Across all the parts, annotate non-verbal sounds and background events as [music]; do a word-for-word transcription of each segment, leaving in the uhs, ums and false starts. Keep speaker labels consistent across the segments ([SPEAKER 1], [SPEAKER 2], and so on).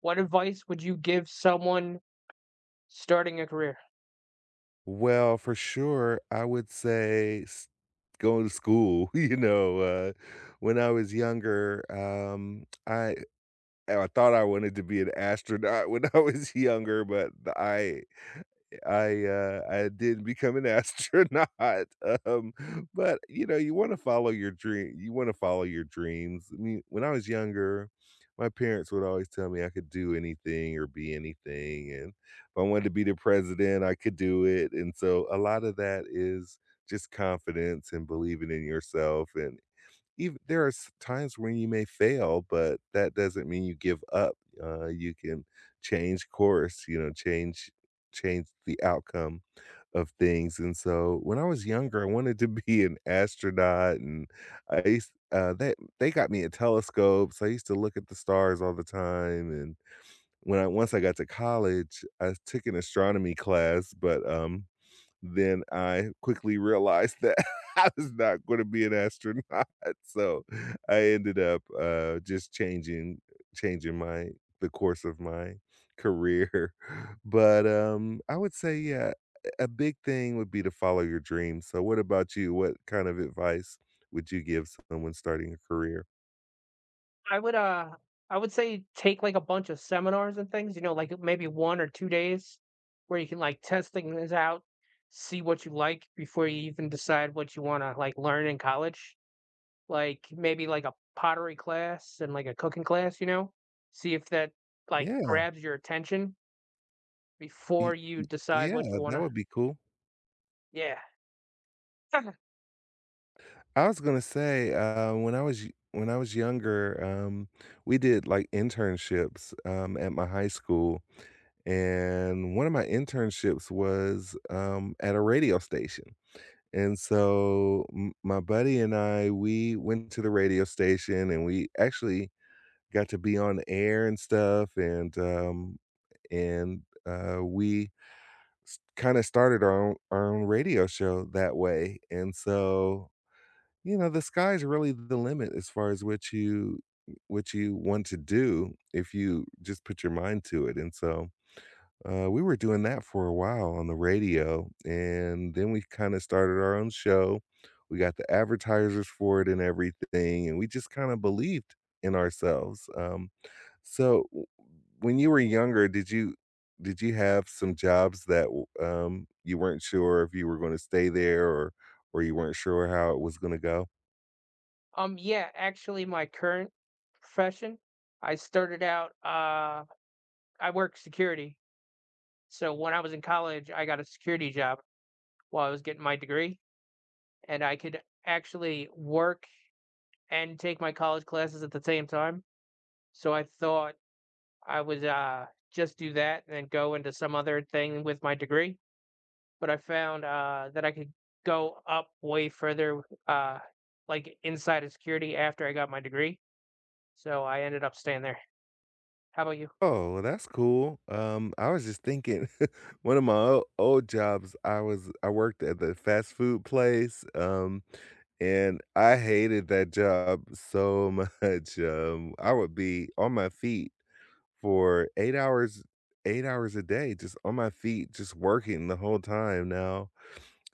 [SPEAKER 1] What advice would you give someone starting a career?
[SPEAKER 2] Well, for sure, I would say s going to school, [laughs] you know, uh, when I was younger, um, I I thought I wanted to be an astronaut [laughs] when I was younger, but I I, uh, I didn't become an [laughs] astronaut, um, but, you know, you wanna follow your dream you wanna follow your dreams. I mean, when I was younger, my parents would always tell me I could do anything or be anything, and if I wanted to be the president, I could do it, and so a lot of that is just confidence and believing in yourself, and even there are s times when you may fail, but that doesn't mean you give up. Uh, you can change course, you know, change change the outcome of things. And so, when I was younger, I wanted to [laughs] be an astronaut, and I used uh, they they got me a telescope, so I used to look at the stars all the time, and when I once I got to college, I took an astronomy class, but, um then I quickly realized that [laughs] I was not gonna be an astronaut, [laughs] so I ended up, uh, just changing changing my the course of my career. [laughs] But, um, I would say, yeah, a big thing would be to follow your dreams. So what about you? What kind of advice would you give someone starting a career?
[SPEAKER 1] I would, uh, I would say take like a bunch of seminars and things, you know, like maybe one or two days where you can like test things out, see what you like before you even decide what you wanna like learn in college. Like maybe like a pottery class and like a cooking class, you know? See if that like
[SPEAKER 2] Yeah.
[SPEAKER 1] grabs your attention
[SPEAKER 2] Y
[SPEAKER 1] before you decide
[SPEAKER 2] Yeah,
[SPEAKER 1] what you
[SPEAKER 2] that
[SPEAKER 1] wanna.
[SPEAKER 2] would be cool.
[SPEAKER 1] Yeah. [laughs]
[SPEAKER 2] I was gonna say, uh, when I was y- when I was younger, um, we did like internships, um, at my high school, and one of my internships was, um, at a radio station. And so m- my buddy and I, we went to the radio station, and we actually got to be on air and stuff, and um, and uh, we kind of started our own, our own radio show that way. And so you know, the sky's really the limit as far as what you what you want to do if you just put your mind to it. And so, uh, we were doing that for a while on the radio, and then we kinda started our own show. We got the advertisers for it and everything, and we just kinda believed in ourselves. Um, so w When you were younger, did you did you have some jobs that w um, you weren't sure if you were gonna stay there, or or you weren't sure how it was gonna go?
[SPEAKER 1] Um, yeah, actually, my current profession, I started out, uh, I work security. So when I was in college, I got a security job while I was getting my degree, and I could actually work and take my college classes at the same time. So I thought I would uh, just do that and then go into some other thing with my degree. But I found uh, that I could go up way further, uh, like inside of security after I got my degree. So I ended up staying there. How about you?
[SPEAKER 2] Oh, well, that's cool. Um, I was just thinking, [laughs] one of my o old jobs, I was I worked at the fast food place, um, and I hated that job [laughs] so much. Um, I would be on my feet for eight hours eight hours a day, just on my feet, just working the whole time now.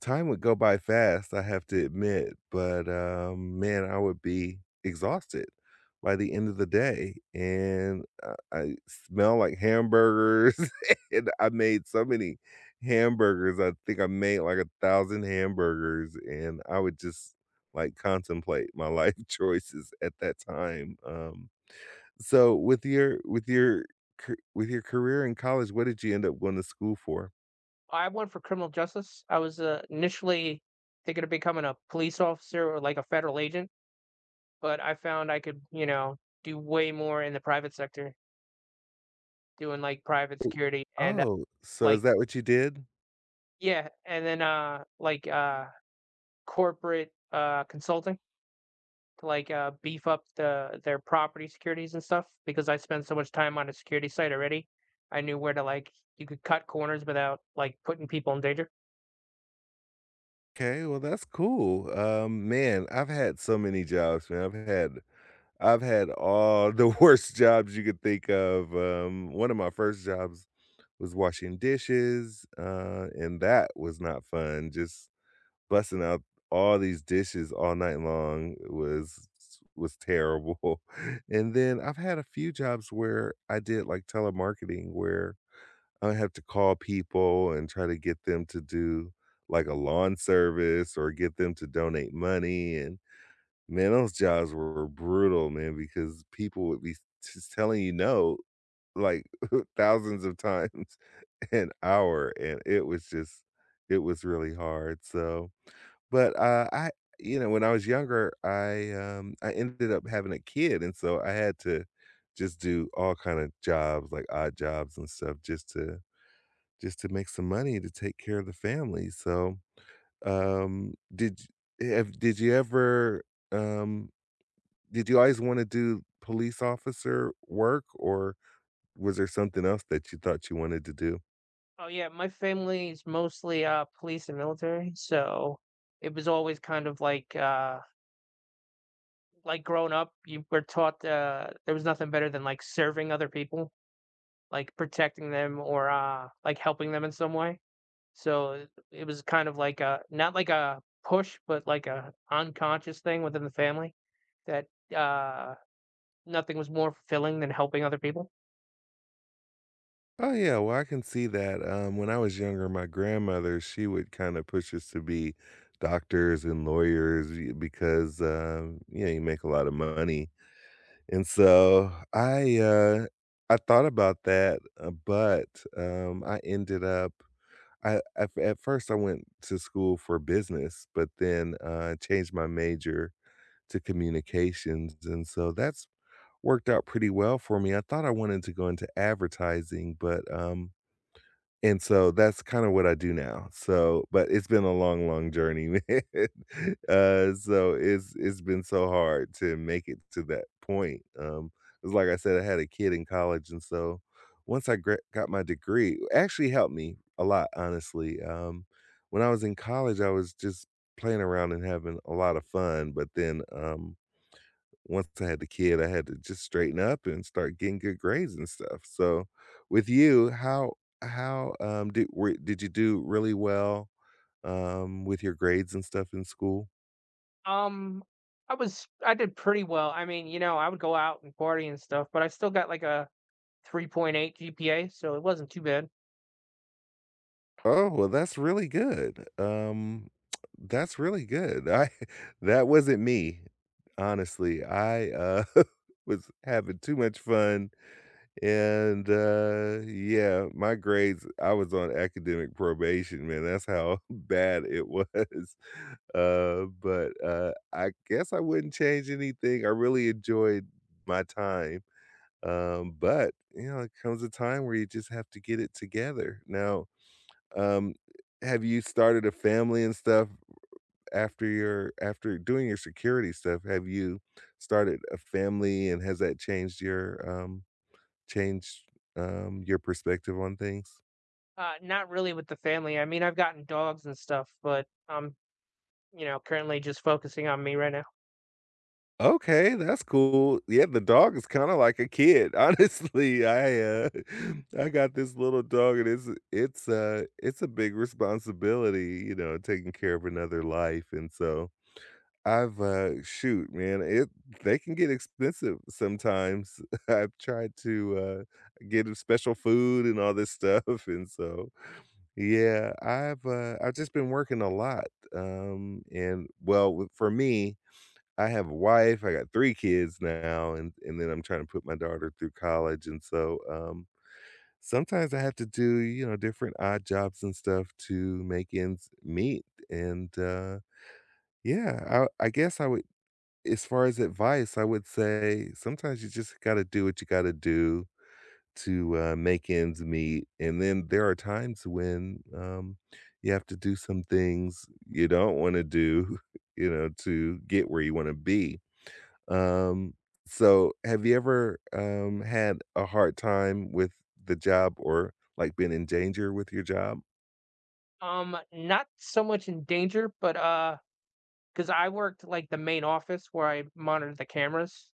[SPEAKER 2] Time would go by fast, I have to admit, but, um, man, I would be exhausted by the end of the day, and I I smell like hamburgers, [laughs] and I made so many hamburgers, I think I made like one thousand hamburgers, and I would just, like, contemplate my life [laughs] choices at that time. Um, so with your with your ca with your career in college, what did you end up going to school for?
[SPEAKER 1] I went for criminal justice. I was uh, initially thinking of becoming a police officer or like a federal agent, but I found I could, you know, do way more in the private sector, doing like private
[SPEAKER 2] Oh,
[SPEAKER 1] security and uh,
[SPEAKER 2] oh, so is
[SPEAKER 1] like
[SPEAKER 2] that what you did?
[SPEAKER 1] yeah, and then uh like uh corporate uh consulting to like uh beef up the their property securities and stuff because I spent so much time on a security site already. I knew where to like you could cut corners without like putting people in danger.
[SPEAKER 2] Okay, well, that's cool. Um, man, I've had so many jobs, man. I've had I've had all the [laughs] worst jobs you could think of. Um, one of my first jobs was washing dishes, uh, and that was not fun. Just busting out all these dishes all night long was was terrible. [laughs] And then I've had a few jobs where I did like telemarketing, where I have to call people and try to get them to do, like, a lawn service, or get them to donate money, and, man, those jobs were brutal, man, because people would be just telling you no, like, [laughs] thousands of times [laughs] an hour, and it was just it was really hard. So but, uh, I you know, When I was younger, I, um, I ended up having a kid, and so I had to just do all kinda jobs, like odd jobs and stuff, just to just to make some money to take care of the family. So, um, did y have did you ever, um did you always wanna do police officer work, or was there something else that you thought you wanted to do?
[SPEAKER 1] Oh yeah, my family is mostly uh police and military, so it was always kind of like uh like growing up, you were taught uh there was nothing better than like serving other people, like protecting them or uh like helping them in some way. So it it was kind of like a not like a push, but like a unconscious thing within the family that uh nothing was more fulfilling than helping other people.
[SPEAKER 2] Oh, yeah, well, I can see that. Um, when I was younger, my grandmother, she would kinda push us to be doctors and lawyers y because, um, you know, you make a lot of money. And so I uh I thought about that, uh, but um I ended up I, I at first I went to school for business, but then, uh, changed my major to communications, and so that's worked out pretty well for me. I thought I wanted to go into advertising, but, um, and so that's kinda what I do now. So but it's been a long, long journey, [laughs] man. Uh, so it's it's been so hard to make it to that point. Um, 'cause like I said, I had a kid in college, and so once I gra got my degree, it actually helped me a lot, honestly. Um, when I was in college, I was just playing around and having a lot of fun, but then, um, once I had the kid, I had to just straighten up and start getting good grades and stuff. So, with you, how how, um, did were did you do really well, um, with your grades and stuff in school?
[SPEAKER 1] Um I was I did pretty well. I mean, you know, I would go out and party and stuff, but I still got like a three point eight G P A, so it wasn't too bad.
[SPEAKER 2] Oh, well, that's really good. Um, [tsk] that's really good. I [laughs] That wasn't me, honestly. I, uh, [laughs] was having too much fun, and, uh, yeah, my grades, I was on academic probation, man. That's how [laughs] bad it was. Uh, but, uh, I guess I wouldn't change anything. I really enjoyed my time, um, but, you know, it comes a time where you just have to get it together. Now, um, have you started a family and stuff after your, after doing your security stuff? Have you started a family, and has that changed your, um changed, um, your perspective on things?
[SPEAKER 1] Uh, not really with the family. I mean, I've gotten dogs and stuff, but I'm you know currently just focusing on me right now.
[SPEAKER 2] Okay, that's cool. Yeah, the dog is kinda like a kid, [laughs] honestly. I, uh, [laughs] I got this little dog, and it's it's a it's a big responsibility, you know, taking care of another life. And so I've, uh, shoot, man, it they can get expensive sometimes. [laughs] I've tried to, uh, get 'em special food and all this [laughs] stuff, and so yeah, I've, uh, I've just been working a lot, um, and well, w for me, I have a wife, I got three kids now, and and then I'm trying to put my daughter through college, and so, um, sometimes I have to do, you know, different odd jobs and stuff to make ends meet. And, uh, yeah, I I guess I would, as far as advice, I would say sometimes you just gotta do what you gotta do to, uh, make ends meet, and then there are times when, um, you have to do some things you don't wanna do, [laughs] you know, to get where you wanna be. Um, so have you ever, um, had a hard time with the job, or, like, been in danger with your job?
[SPEAKER 1] Um, not so much in danger, but uh, because I worked like the main office where I monitored the cameras.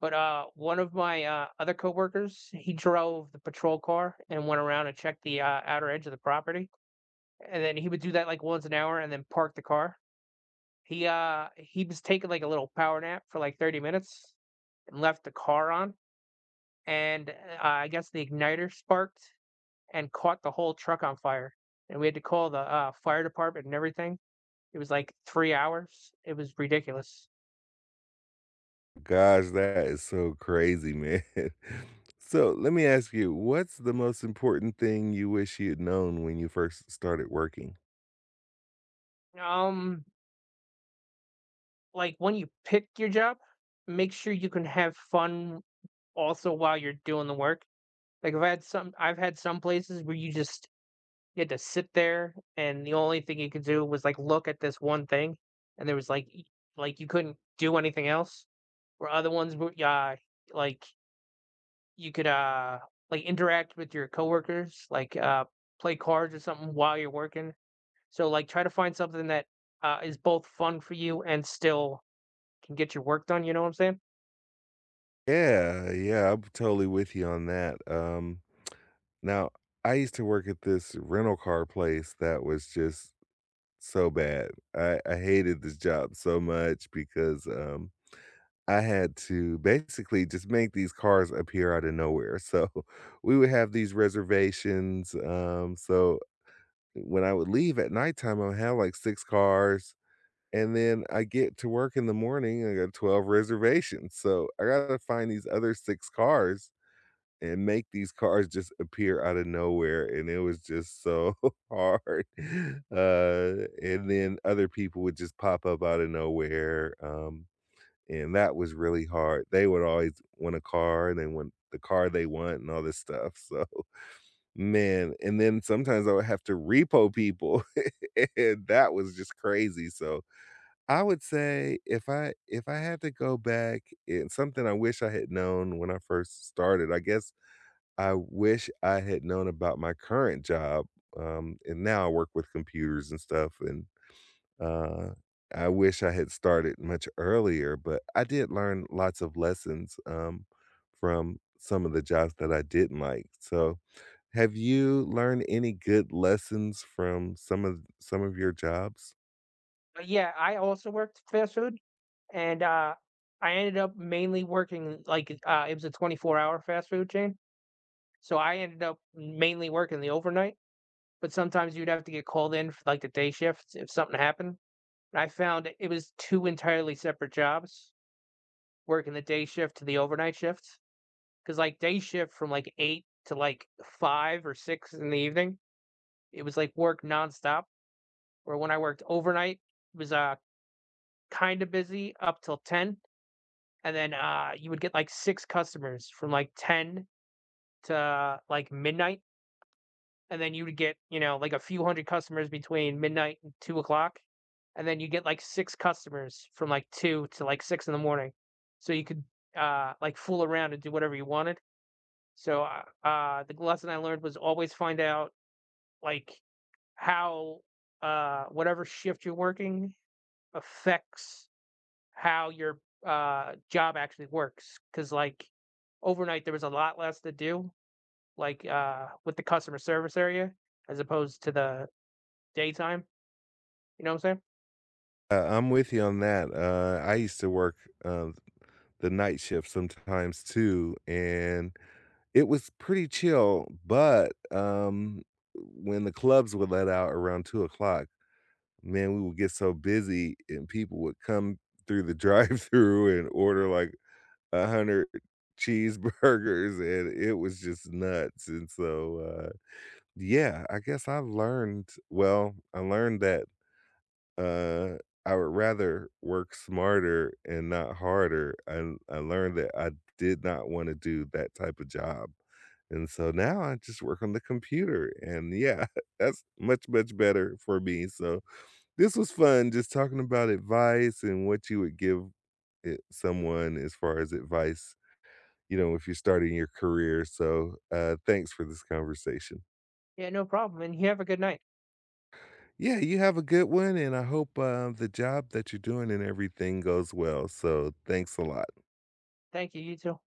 [SPEAKER 1] But uh, one of my uh, other coworkers, he drove the patrol car and went around and checked the uh, outer edge of the property, and then he would do that like once an hour and then park the car. He uh he was taking like a little power nap for like thirty minutes, and left the car on, and uh, I guess the igniter sparked and caught the whole truck on fire. And we had to call the uh, fire department and everything. It was like three hours. It was ridiculous.
[SPEAKER 2] Gosh, that is so crazy, man. [laughs] So let me ask you, what's the most important thing you wish you'd known when you first started working?
[SPEAKER 1] Um, like when you pick your job, make sure you can have fun also while you're doing the work. Like I've had some, I've had some places where you just you had to sit there, and the only thing you could do was like look at this one thing, and there was like y- like you couldn't do anything else or other ones where uh, like you could uh like interact with your coworkers, like uh play cards or something while you're working. So like try to find something that uh is both fun for you and still can get your work done, you know what I'm saying?
[SPEAKER 2] Yeah, yeah, I'm totally with you on that. Um, now I used to work at this rental car place that was just so bad. I I hated this job so much because, um, I had to basically just make these cars appear out of nowhere. So [laughs] we would have these reservations, um, so when I would leave at nighttime, I'll have, like, six cars, and then I get to work in the morning, I got twelve reservations, so I gotta find these other six cars and make these cars just appear out of nowhere, and it was just so [laughs] hard. [laughs] Uh, and then other people would just pop up out of nowhere, um, and that was really hard. They would always want a car, and they want the car they want and all this stuff. So man, and then sometimes I would have to repo people, [laughs] and that was just crazy. So I would say, if I if I had to go back and something I wish I had known when I first started, I guess I wish I had known about my current job, um, and now I work with computers and stuff, and, uh, I wish I had started much earlier, but I did learn lots of lessons, um, from some of the jobs that I didn't like. So, have you learned any good lessons from some of some of your jobs?
[SPEAKER 1] But yeah, I also worked fast food and uh I ended up mainly working like uh it was a twenty-four hour fast food chain. So I ended up mainly working the overnight, but sometimes you'd have to get called in for like the day shifts if something happened. I found it was two entirely separate jobs, working the day shift to the overnight shift. Because like, day shift from, like, eight to, like, five or six in the evening, it was, like, work nonstop. Or when I worked overnight, it was, uh, kinda busy up till ten, and then, uh, you would get, like, six customers from, like, ten to, like, midnight, and then you would get you know like a few hundred customers between midnight and two o'clock, and then you get like six customers from like two to like six in the morning, so you could uh like fool around and do whatever you wanted. So uh, uh the lesson I learned was always find out like how uh whatever shift you're working affects how your uh job actually works because like overnight there was a lot less to do like uh with the customer service area as opposed to the daytime. You know what I'm saying?
[SPEAKER 2] Uh, I'm with you on that. Uh, I used to work, uh, the night shift sometimes too, and it was pretty chill. But um, when the clubs would let out around two o'clock, man, we would get so busy and people would come through the [laughs] drive-through and order like one hundred cheeseburgers, and it was just nuts. And so, uh, yeah, I guess I learned, well, I learned that, uh, I would rather work smarter and not harder, and I learned that I did not wanna do that type of job. And so now I just work on the computer, and yeah, [laughs] that's much, much better for me. So this was fun, just talking about advice and what you would give it someone as far as advice, you know, if you're starting your career. So, uh, thanks for this conversation.
[SPEAKER 1] Yeah, no problem. And you have a good night.
[SPEAKER 2] Yeah, you have a good one, and I hope, uh, the job that you're doing and everything goes well. So, thanks a lot.
[SPEAKER 1] Thank you. You too.